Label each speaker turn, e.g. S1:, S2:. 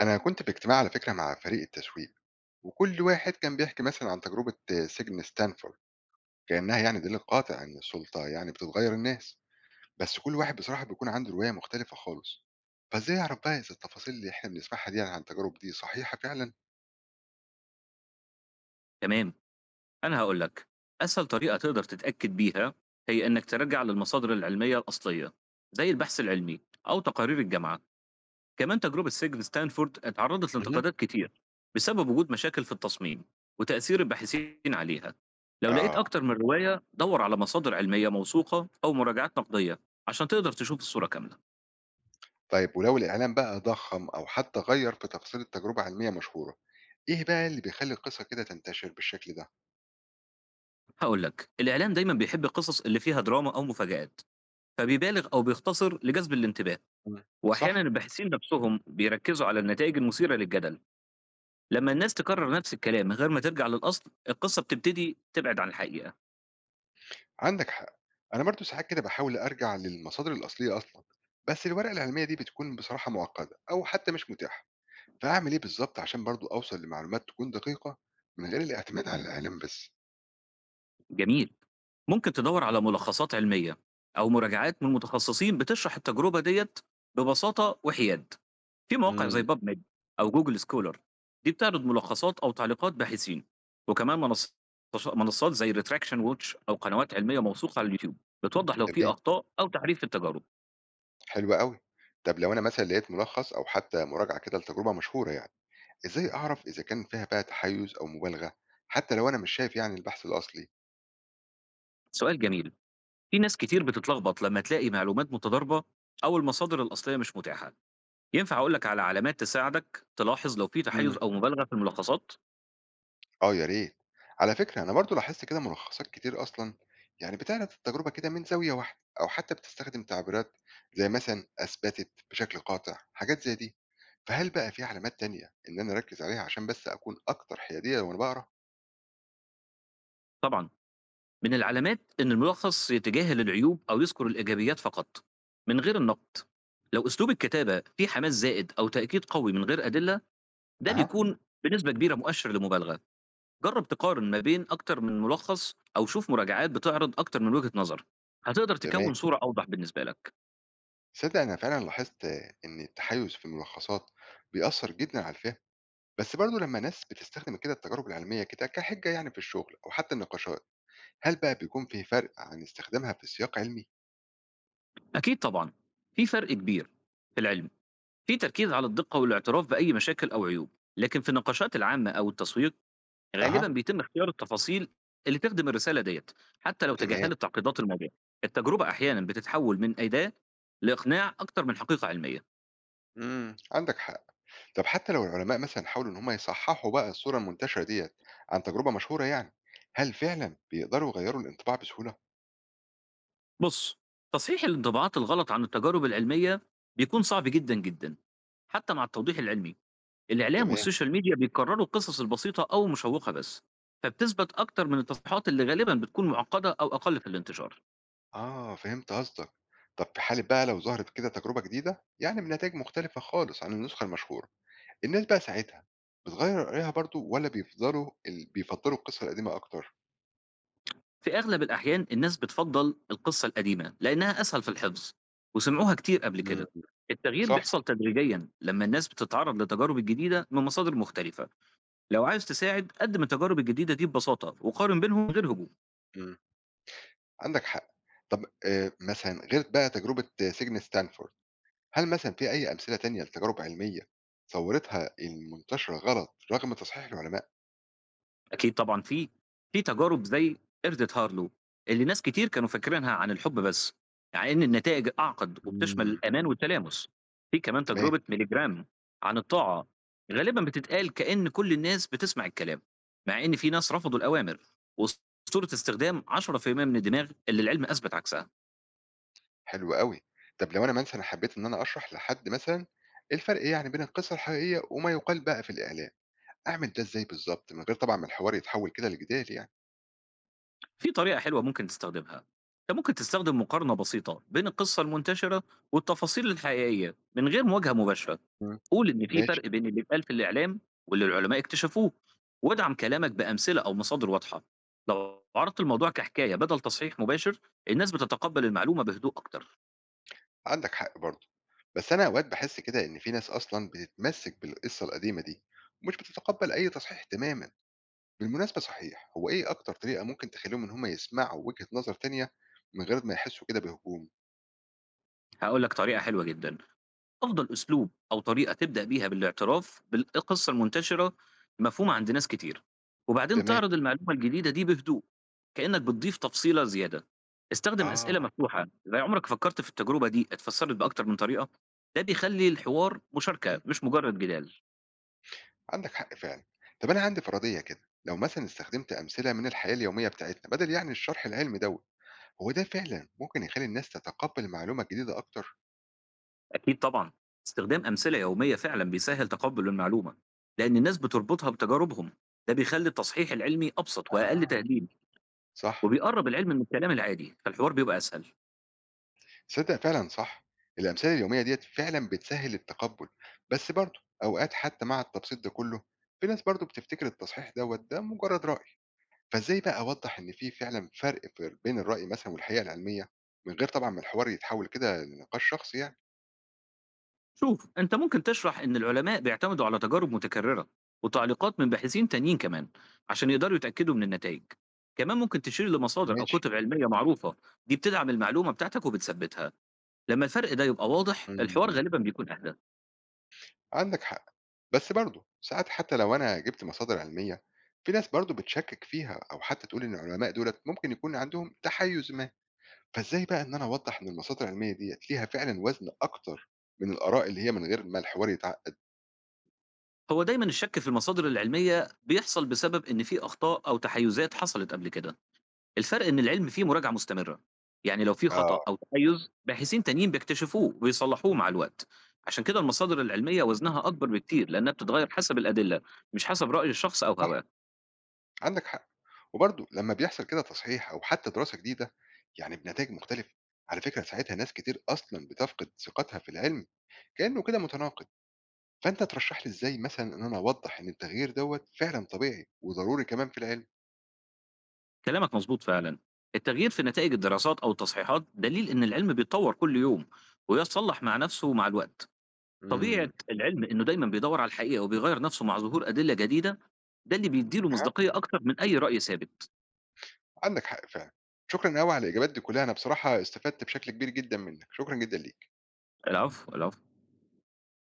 S1: أنا كنت في اجتماع على فكرة مع فريق التسويق، وكل واحد كان بيحكي مثلا عن تجربة سجن ستانفورد، كأنها يعني دليل قاطع إن السلطة يعني بتتغير الناس. بس كل واحد بصراحة بيكون عنده رواية مختلفة خالص. فإزاي أعرف بقى إذا التفاصيل اللي إحنا بنسمعها دي عن التجارب دي صحيحة فعلا؟
S2: تمام. أنا هاقول لك، أسهل طريقة تقدر تتأكد بيها هي إنك ترجع للمصادر العلمية الأصلية، زي البحث العلمي أو تقارير الجامعة. كمان تجربة سجن ستانفورد اتعرضت
S1: مهم.
S2: لانتقادات كتير بسبب وجود مشاكل في التصميم وتأثير الباحثين عليها. لو لقيت
S1: آه.
S2: أكتر من رواية دور على مصادر علمية موثوقة أو مراجعات نقدية عشان تقدر تشوف الصورة كاملة.
S1: طيب ولو الإعلام بقى ضخم أو حتى غير في تفاصيل التجربة علمية مشهورة، إيه بقى اللي بيخلي القصة كده تنتشر بالشكل ده؟
S2: هاقول لك، الإعلام دايمًا بيحب القصص اللي فيها دراما أو مفاجآت، فبيبالغ أو بيختصر لجذب الانتباه.
S1: مم.
S2: وأحيانًا
S1: صح؟
S2: الباحثين نفسهم بيركّزوا على النتائج المثيرة للجدل. لمّا الناس تكرر نفس الكلام من غير ما ترجع للأصل، القصة بتبتدي تبعد عن الحقيقة.
S1: عندك حق. انا برضو ساعات كده بحاول ارجع للمصادر الاصليه اصلا، بس الورقه العلميه دي بتكون بصراحه معقده او حتى مش متاحه. فاعمل ايه بالظبط عشان برضو اوصل لمعلومات تكون دقيقه من غير الاعتماد على الاعلام بس؟
S2: جميل، ممكن تدوّر على ملخصات علمية أو مراجعات من متخصصين بتشرح التجربة ديّة ببساطة وحياد. في مواقع زي
S1: امم.
S2: PubMed أو Google Scholar، دي بتعرض ملخصات أو تعليقات باحثين، وكمان منصات زي Retraction Watch أو قنوات علمية موثوقة على اليوتيوب بتوضح لو في
S1: تمام.
S2: أخطاء أو تعريف التجارب.
S1: حلو قوي. طب لو انا مثلا لقيت ملخص او حتى مراجعه كده لتجربه مشهوره يعني، ازاي اعرف اذا كان فيها بقى تحيز او مبالغه، حتى لو انا مش شايف يعني البحث الاصلي؟
S2: سؤال جميل. في ناس كتير بتتلخبط لما تلاقي معلومات متضاربة أو المصادر الأصلية مش متاحة. ينفع أقولك على علامات تساعدك تلاحظ لو في تحيز أو مبالغة في الملخصات.
S1: آه، يا ريت. على فكرة أنا برضه لاحظت كده ملخصات كتير أصلًا يعني بتعرض التجربة كده من زاوية واحدة، أو حتى بتستخدم تعبيرات زي مثلًا أثبتت، بشكل قاطع، حاجات زي دي. فهل بقى في علامات تانية إن أنا أركز عليها عشان بس أكون أكتر حيادية وأنا باقرا؟
S2: طبعا، من العلامات إن الملخص يتجاهل العيوب أو يذكر الإيجابيات فقط من غير النقد. لو أسلوب الكتابة فيه حماس زائد أو تأكيد قوي من غير أدلة، ده
S1: أها.
S2: بيكون بنسبة كبيرة مؤشر لمبالغة. جرب تقارن ما بين أكتر من ملخص أو شوف مراجعات بتعرض أكتر من وجهة نظر، هتقدر
S1: تمام.
S2: تكون صورة أوضح بالنسبة لك.
S1: تصدق أنا فعلًا لاحظت إن التحيُّز في الملخصات بيأثّر جدًا على الفهم. بس برضه لمّا ناس بتستخدم كده التجارب العلمية كده كحِجة يعني في الشغل أو حتى النقاشات، هل بقى بيكون في فرق عن استخدامها في سياق علمي؟
S2: أكيد طبعًا، في فرق كبير. في العلم، في تركيز على الدقة والاعتراف بأي مشاكل أو عيوب، لكن في النقاشات العامة أو التسويق غالبًا
S1: أها.
S2: بيتم اختيار التفاصيل اللي تخدم الرسالة ديّة، حتى لو
S1: تمام.
S2: تجاهلت تعقيدات الموضوع. التجربة أحيانًا بتتحول من أداة لإقناع أكتر من حقيقة علمية.
S1: إمم، عندك حق. طب حتى لو العلماء مثلًا حاولوا إن هم يصححوا بقى الصورة المنتشرة ديّة عن تجربة مشهورة يعني، هل فعلًا بيقدروا يغيّروا الانطباع بسهولة؟
S2: بُص، تصحيح الانطباعات الغلط عن التجارب العلمية بيكون صعب جدًا، جدًا، حتى مع التوضيح العلمي. الإعلام
S1: تمام.
S2: والسوشيال ميديا بيكرروا القصص البسيطة أو المشوقة بس، فبتثبت أكتر من التصريحات اللي غالبا بتكون معقدة أو أقل في الانتشار.
S1: آه، فهمت قصدك. طب في حالة بقى لو ظهرت كده تجربة جديدة، يعني بنتايج مختلفة خالص عن النسخة المشهورة، الناس بقى ساعتها بتغيّر رأيها برضه والّا بيفضلوا بيفضّلوا القصة القديمة أكتر؟
S2: في أغلب الأحيان الناس بتفضل القصة القديمة لأنها أسهل في الحفظ وسمعوها كتير قبل
S1: إمم.
S2: كده. التغيير
S1: صح.
S2: بيحصل تدريجيا لما الناس بتتعرض لتجارب جديدة من مصادر مختلفة. لو عايز تساعد، قدم التجارب الجديدة دي ببساطة وقارن بينهم من غير هجوم.
S1: إمم، عندك حق. طب مثلًا غير بقى تجربة سجن ستانفورد، هل مثلًا في أي أمثلة تانية لتجارب علمية صورتها المنتشرة غلط رغم تصحيح العلماء؟
S2: أكيد طبعًا، في تجارب زي قردة هارلو اللي ناس كتير كانوا فاكرينها عن الحب بس، مع إن النتائج أعقد وبتشمل
S1: إمم.
S2: الأمان والتلامس. في كمان
S1: تمام،
S2: تجربة ميليجرام عن الطاعة، غالبًا بتتقال كأن كل الناس بتسمع الكلام، مع إن في ناس رفضوا الأوامر، وأسطورة استخدام 10% من الدماغ اللي العلم أثبت عكسها.
S1: حلو أوي. طب لو أنا مثلًا حبيت إن أنا أشرح لحد مثلًا الفرق يعني بين القصة الحقيقية وما يُقال بقى في الإعلام، أعمل ده إزاي بالضبط من غير طبعًا ما الحوار يتحول كده لجدال يعني؟
S2: في طريقة حلوة ممكن تستخدمها. أنت ممكن تستخدم مقارنة بسيطة بين القصة المنتشرة والتفاصيل الحقيقية من غير مواجهة مباشرة.
S1: إمم.
S2: قول إن في
S1: ماشي.
S2: فرق بين اللي اتقال في الإعلام واللي العلماء اكتشفوه، وادعم كلامك بأمثلة أو مصادر واضحة. لو عرضت الموضوع كحكاية بدل تصحيح مباشر، الناس بتتقبل المعلومة بهدوء أكتر.
S1: عندك حق برضه. بس أنا أوقات باحس كده إن في ناس أصلًا بتتمسك بالقصة القديمة دي ومش بتتقبل أي تصحيح تمامًا. بالمناسبة صحيح، هو إيه أكتر طريقة ممكن تخلّيهم إن هُم يسمعوا وجهة نظر تانية من غير ما يحسّوا كده بهجوم؟
S2: هقول لك طريقة حلوة جدا. أفضل أسلوب أو طريقة تبدأ بيها بالاعتراف بالقصة المنتشرة مفهومة عند ناس كتير، وبعدين
S1: تمام.
S2: تعرض المعلومة الجديدة دي بهدوء كأنك بتضيف تفصيلة زيادة. استخدم
S1: آه.
S2: أسئلة مفتوحة زي عمرك فكرت في التجربة دي اتفسرت بأكتر من طريقة؟ ده بيخلي الحوار
S1: إمم،
S2: مشاركة مش مجرد جدال.
S1: عندك حق فعلًا. طَب أنا عندي فرضية كده، لو مثلًا استخدمت أمثلة من الحياة اليومية بتاعتنا بدل يعني الشرح العلمي دوّة، هو ده فعلًا ممكن يخلّي الناس تتقبّل المعلومة الجديدة أكتر؟
S2: أكيد طبعا، استخدام أمثلة يومية فعلا بيسهل تقبل المعلومة لأن الناس بتربطها بتجاربهم. ده بيخلي التصحيح العلمي أبسط وأقل
S1: أها.
S2: تهديد،
S1: صح.
S2: وبيقرب العلم من الكلام العادي فالحوار بيبقى أسهل.
S1: تصدّق فعلًا صح، الأمثلة اليومية ديّة فعلًا بتسهّل التقبُّل، بس برضه أوقات حتى مع التبسيط ده كُلّه، في ناس برضه بتفتكر التصحيح دوّة ده مجرّد رأي. فإزاي بقى أوضّح إن في فعلًا فرق في بين الرأي مثلًا والحقيقة العلمية، من غير طبعًا ما الحوار يتحوّل كده لنقاش شخصي يعني؟
S2: شوف، أنت ممكن تشرح إن العلماء بيعتمدوا على تجارب متكررة وتعليقات من باحثين تانيين كمان عشان يقدروا يتأكدوا من النتائج. كمان ممكن تشير لمصادر أو
S1: ماشي.
S2: كتب علمية معروفة، دي بتدعم المعلومة بتاعتك وبتثبتها. لما الفرق ده يبقى واضح
S1: إمم،
S2: الحوار
S1: إمم.
S2: غالبا بيكون أهدى.
S1: عندك حق. بس برضه ساعات حتى لو أنا جِبت مصادر علمية، في ناس برضه بتشكّك فيها أو حتى تقول إن العلماء دُولة ممكن يكون عندهم تحيُّز ما، فإزاي بقى إن أنا أوضّح إن المصادر العلمية ديّة ليها فعلًا وزن أكتر من الآراء اللي هي من غير ما الحوار يتعقّد؟
S2: هو دايما الشك في المصادر العلمية بيحصل بسبب إن في أخطاء أو تحيزات حصلت قبل كده. الفرق إن العلم فيه مراجعة مستمرة، يعني لو في خطأ أو
S1: آه.
S2: تحيُّز باحثين تانيين بيكتشفوه ويصلّحوه مع الوقت. عشان كده المصادر العلمية وزنها أكبر بكتير لأنها بتتغيّر حسب الأدلة، مش حسب رأي الشخص أو
S1: صح،
S2: هواه.
S1: عندك حق. وبرضه لما بيحصل كده تصحيح أو حتى دراسة جديدة يعني بنتائج مختلفة، على فكرة ساعتها ناس كتير أصلا بتفقد ثقتها في العلم كأنه كده متناقض. فأنت ترشح لي إزاي مثلا إن أنا أوضح إن التغيير دوت فعلا طبيعي وضروري كمان في العلم؟
S2: كلامك مضبوط فعلًا، التغيير في نتائج الدراسات أو التصحيحات دليل إن العلم بيتطوّر كل يوم ويتصلّح مع نَفْسه مع الوقت. طبيعة
S1: امم.
S2: العلم إنه دايمًا بيدوّر على الحقيقة وبيغيّر نَفْسه مع ظهور أدلة جديدة، ده اللي بيدّي له
S1: أها.
S2: مصداقية أكتر من أي رأي ثابت.
S1: عندك حق فعلا. شكرا قوي على الإجابات دي كلها، أنا بصراحة استفدت بشكل كبير جدا منك. شكرا جدا ليك.
S2: العفو، العفو.